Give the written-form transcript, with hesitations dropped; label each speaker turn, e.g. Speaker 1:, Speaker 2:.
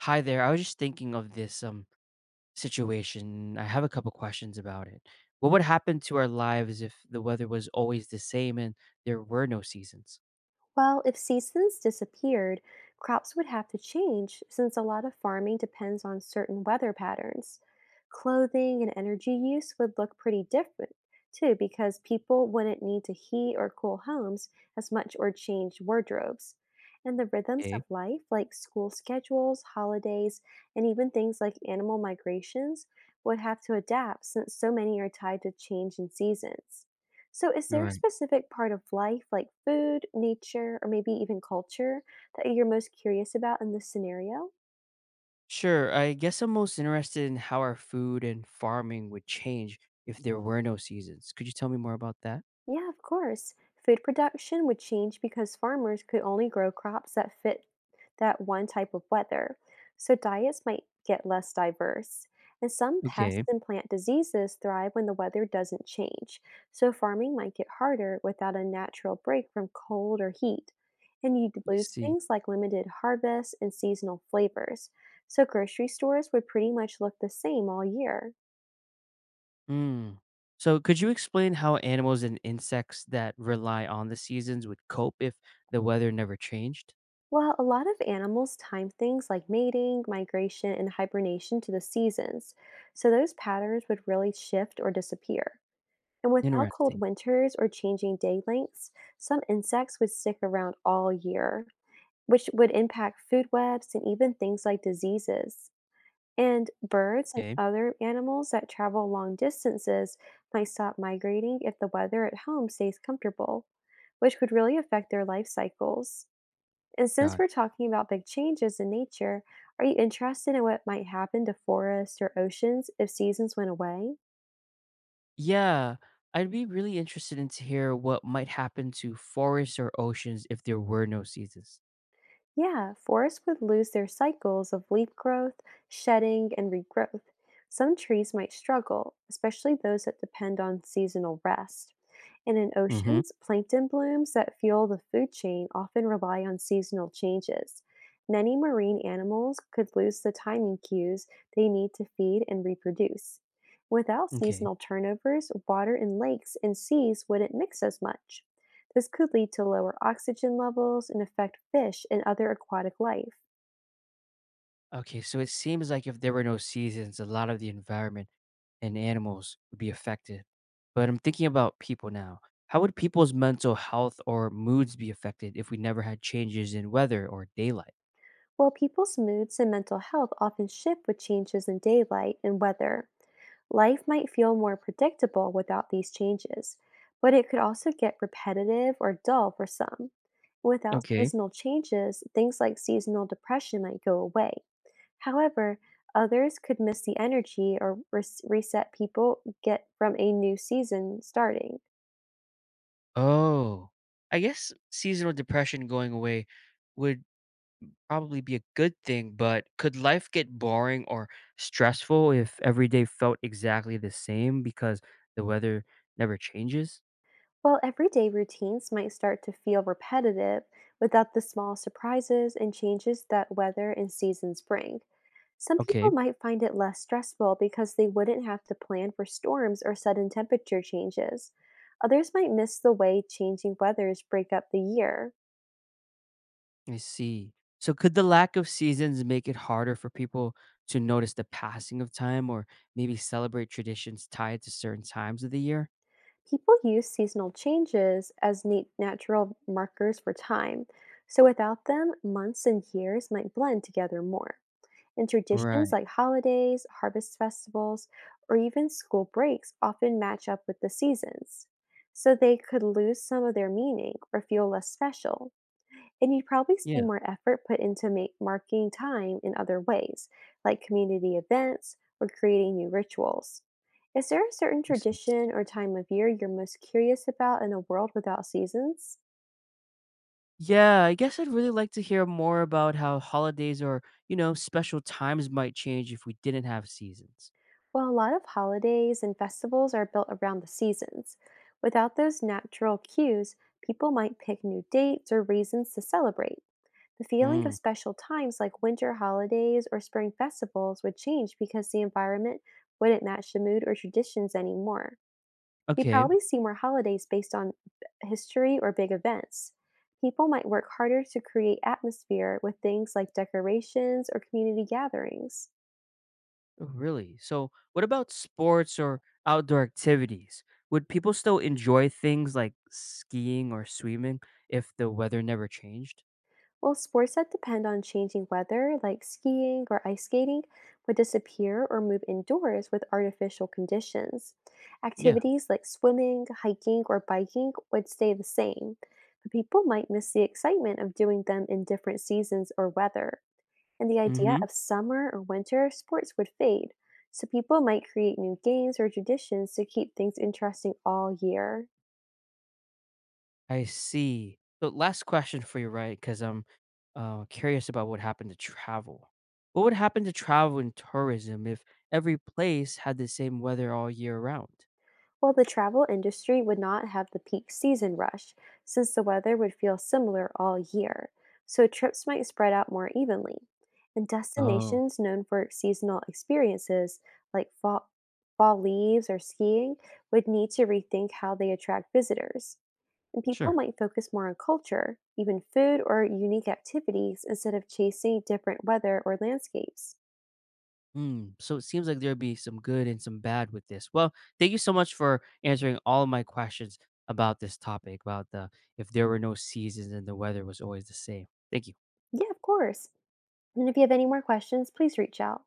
Speaker 1: Hi there. I was just thinking of this situation. I have a couple questions about it. What would happen to our lives if the weather was always the same and there were no seasons?
Speaker 2: Well, if seasons disappeared, crops would have to change since a lot of farming depends on certain weather patterns. Clothing and energy use would look pretty different, too, because people wouldn't need to heat or cool homes as much or change wardrobes. And the rhythms of
Speaker 1: Okay.
Speaker 2: life, like school schedules, holidays, and even things like animal migrations, would have to adapt since so many are tied to change in seasons. So, is
Speaker 1: All
Speaker 2: there a
Speaker 1: right.
Speaker 2: specific part of life, like food, nature, or maybe even culture, that you're most curious about in this scenario?
Speaker 1: Sure. I guess I'm most interested in how our food and farming would change if there were no seasons. Could you tell me more about that?
Speaker 2: Yeah, of course. Food production would change because farmers could only grow crops that fit that one type of weather. So diets might get less diverse. And some pest
Speaker 1: Okay.
Speaker 2: and plant diseases thrive when the weather doesn't change. So farming might get harder without a natural break from cold or heat. And you'd
Speaker 1: You
Speaker 2: lose
Speaker 1: see.
Speaker 2: things like limited harvests and seasonal flavors. So grocery stores would pretty much look the same all year.
Speaker 1: Mm. So, could you explain how animals and insects that rely on the seasons would cope if the weather never changed?
Speaker 2: Well, a lot of animals time things like mating, migration, and hibernation to the seasons, so those patterns would really shift or disappear. And without cold
Speaker 1: Interesting.
Speaker 2: winters or changing day lengths, some insects would stick around all year, which would impact food webs and even things like diseases. And birds and
Speaker 1: Okay.
Speaker 2: other animals that travel long distances might stop migrating if the weather at home stays comfortable, which could really affect their life cycles. And
Speaker 1: Got
Speaker 2: since
Speaker 1: it.
Speaker 2: we're talking about big changes in nature, are you interested in what might happen to forests or oceans if seasons went away?
Speaker 1: Yeah, I'd be really interested in to hear what might happen to forests or oceans if there were no seasons.
Speaker 2: Yeah, forests would lose their cycles of leaf growth, shedding, and regrowth. Some trees might struggle, especially those that depend on seasonal rest. And in
Speaker 1: Hmm.
Speaker 2: oceans, plankton blooms that fuel the food chain often rely on seasonal changes. Many marine animals could lose the timing cues they need to feed and reproduce. Without
Speaker 1: Okay.
Speaker 2: seasonal turnovers, water in lakes and seas wouldn't mix as much. This could lead to lower oxygen levels and affect fish and other aquatic life.
Speaker 1: Okay, so it seems like if there were no seasons, a lot of the environment and animals would be affected. But I'm thinking about people now. How would people's mental health or moods be affected if we never had changes in weather or daylight?
Speaker 2: While people's moods and mental health often shift with changes in daylight and weather, life might feel more predictable without these changes, but it could also get repetitive or dull for some. Without
Speaker 1: Okay.
Speaker 2: seasonal changes, things like seasonal depression might go away. However, others could miss the energy or reset people get from a new season starting.
Speaker 1: Oh, I guess seasonal depression going away would probably be a good thing, but could life get boring or stressful if every day felt exactly the same because the weather never changes?
Speaker 2: While everyday routines might start to feel repetitive without the small surprises and changes that weather and seasons bring, some people
Speaker 1: Okay,
Speaker 2: might find it less stressful because they wouldn't have to plan for storms or sudden temperature changes. Others might miss the way changing weathers break up the year.
Speaker 1: I see. So, could the lack of seasons make it harder for people to notice the passing of time or maybe celebrate traditions tied to certain times of the year?
Speaker 2: People use seasonal changes as neat natural markers for time, so without them, months and years might blend together more. And traditions
Speaker 1: Right.
Speaker 2: like holidays, harvest festivals, or even school breaks often match up with the seasons. So they could lose some of their meaning or feel less special. And you'd probably see
Speaker 1: Yeah,
Speaker 2: more effort put into marking time in other ways, like community events or creating new rituals. Is there a certain
Speaker 1: makes
Speaker 2: tradition
Speaker 1: sense.
Speaker 2: or time of year you're most curious about in a world without seasons?
Speaker 1: Yeah, I guess I'd really like to hear more about how holidays or special times might change if we didn't have seasons.
Speaker 2: Well, a lot of holidays and festivals are built around the seasons. Without those natural cues, people might pick new dates or reasons to celebrate. The feeling of
Speaker 1: Mm.
Speaker 2: special times like winter holidays or spring festivals would change because the environment wouldn't match the mood or traditions anymore. You
Speaker 1: Okay.
Speaker 2: probably see more holidays based on history or big events. People might work harder to create atmosphere with things like decorations or community gatherings.
Speaker 1: Oh, really? So, what about sports or outdoor activities? Would people still enjoy things like skiing or swimming if the weather never changed?
Speaker 2: Well, sports that depend on changing weather, like skiing or ice skating, would disappear or move indoors with artificial conditions.
Speaker 1: Yeah.
Speaker 2: Activities like swimming, hiking, or biking would stay the same, but people might miss the excitement of doing them in different seasons or weather. And the idea
Speaker 1: Mm-hmm.
Speaker 2: of summer or winter sports would fade, so people might create new games or traditions to keep things interesting all year.
Speaker 1: I see. So, last question for you, right? Because I'm curious about what happened to travel. What would happen to travel and tourism if every place had the same weather all year round?
Speaker 2: While the travel industry would not have the peak season rush, since the weather would feel similar all year, so trips might spread out more evenly. And
Speaker 1: Oh,
Speaker 2: destinations known for seasonal experiences, like fall leaves or skiing, would need to rethink how they attract visitors. And people
Speaker 1: sure.
Speaker 2: might focus more on culture, even food or unique activities, instead of chasing different weather or landscapes.
Speaker 1: Mm, so it seems like there'd be some good and some bad with this. Well, thank you so much for answering all of my questions about this topic about the if there were no seasons and the weather was always the same. Thank you.
Speaker 2: Yeah, of course. And if you have any more questions, please reach out.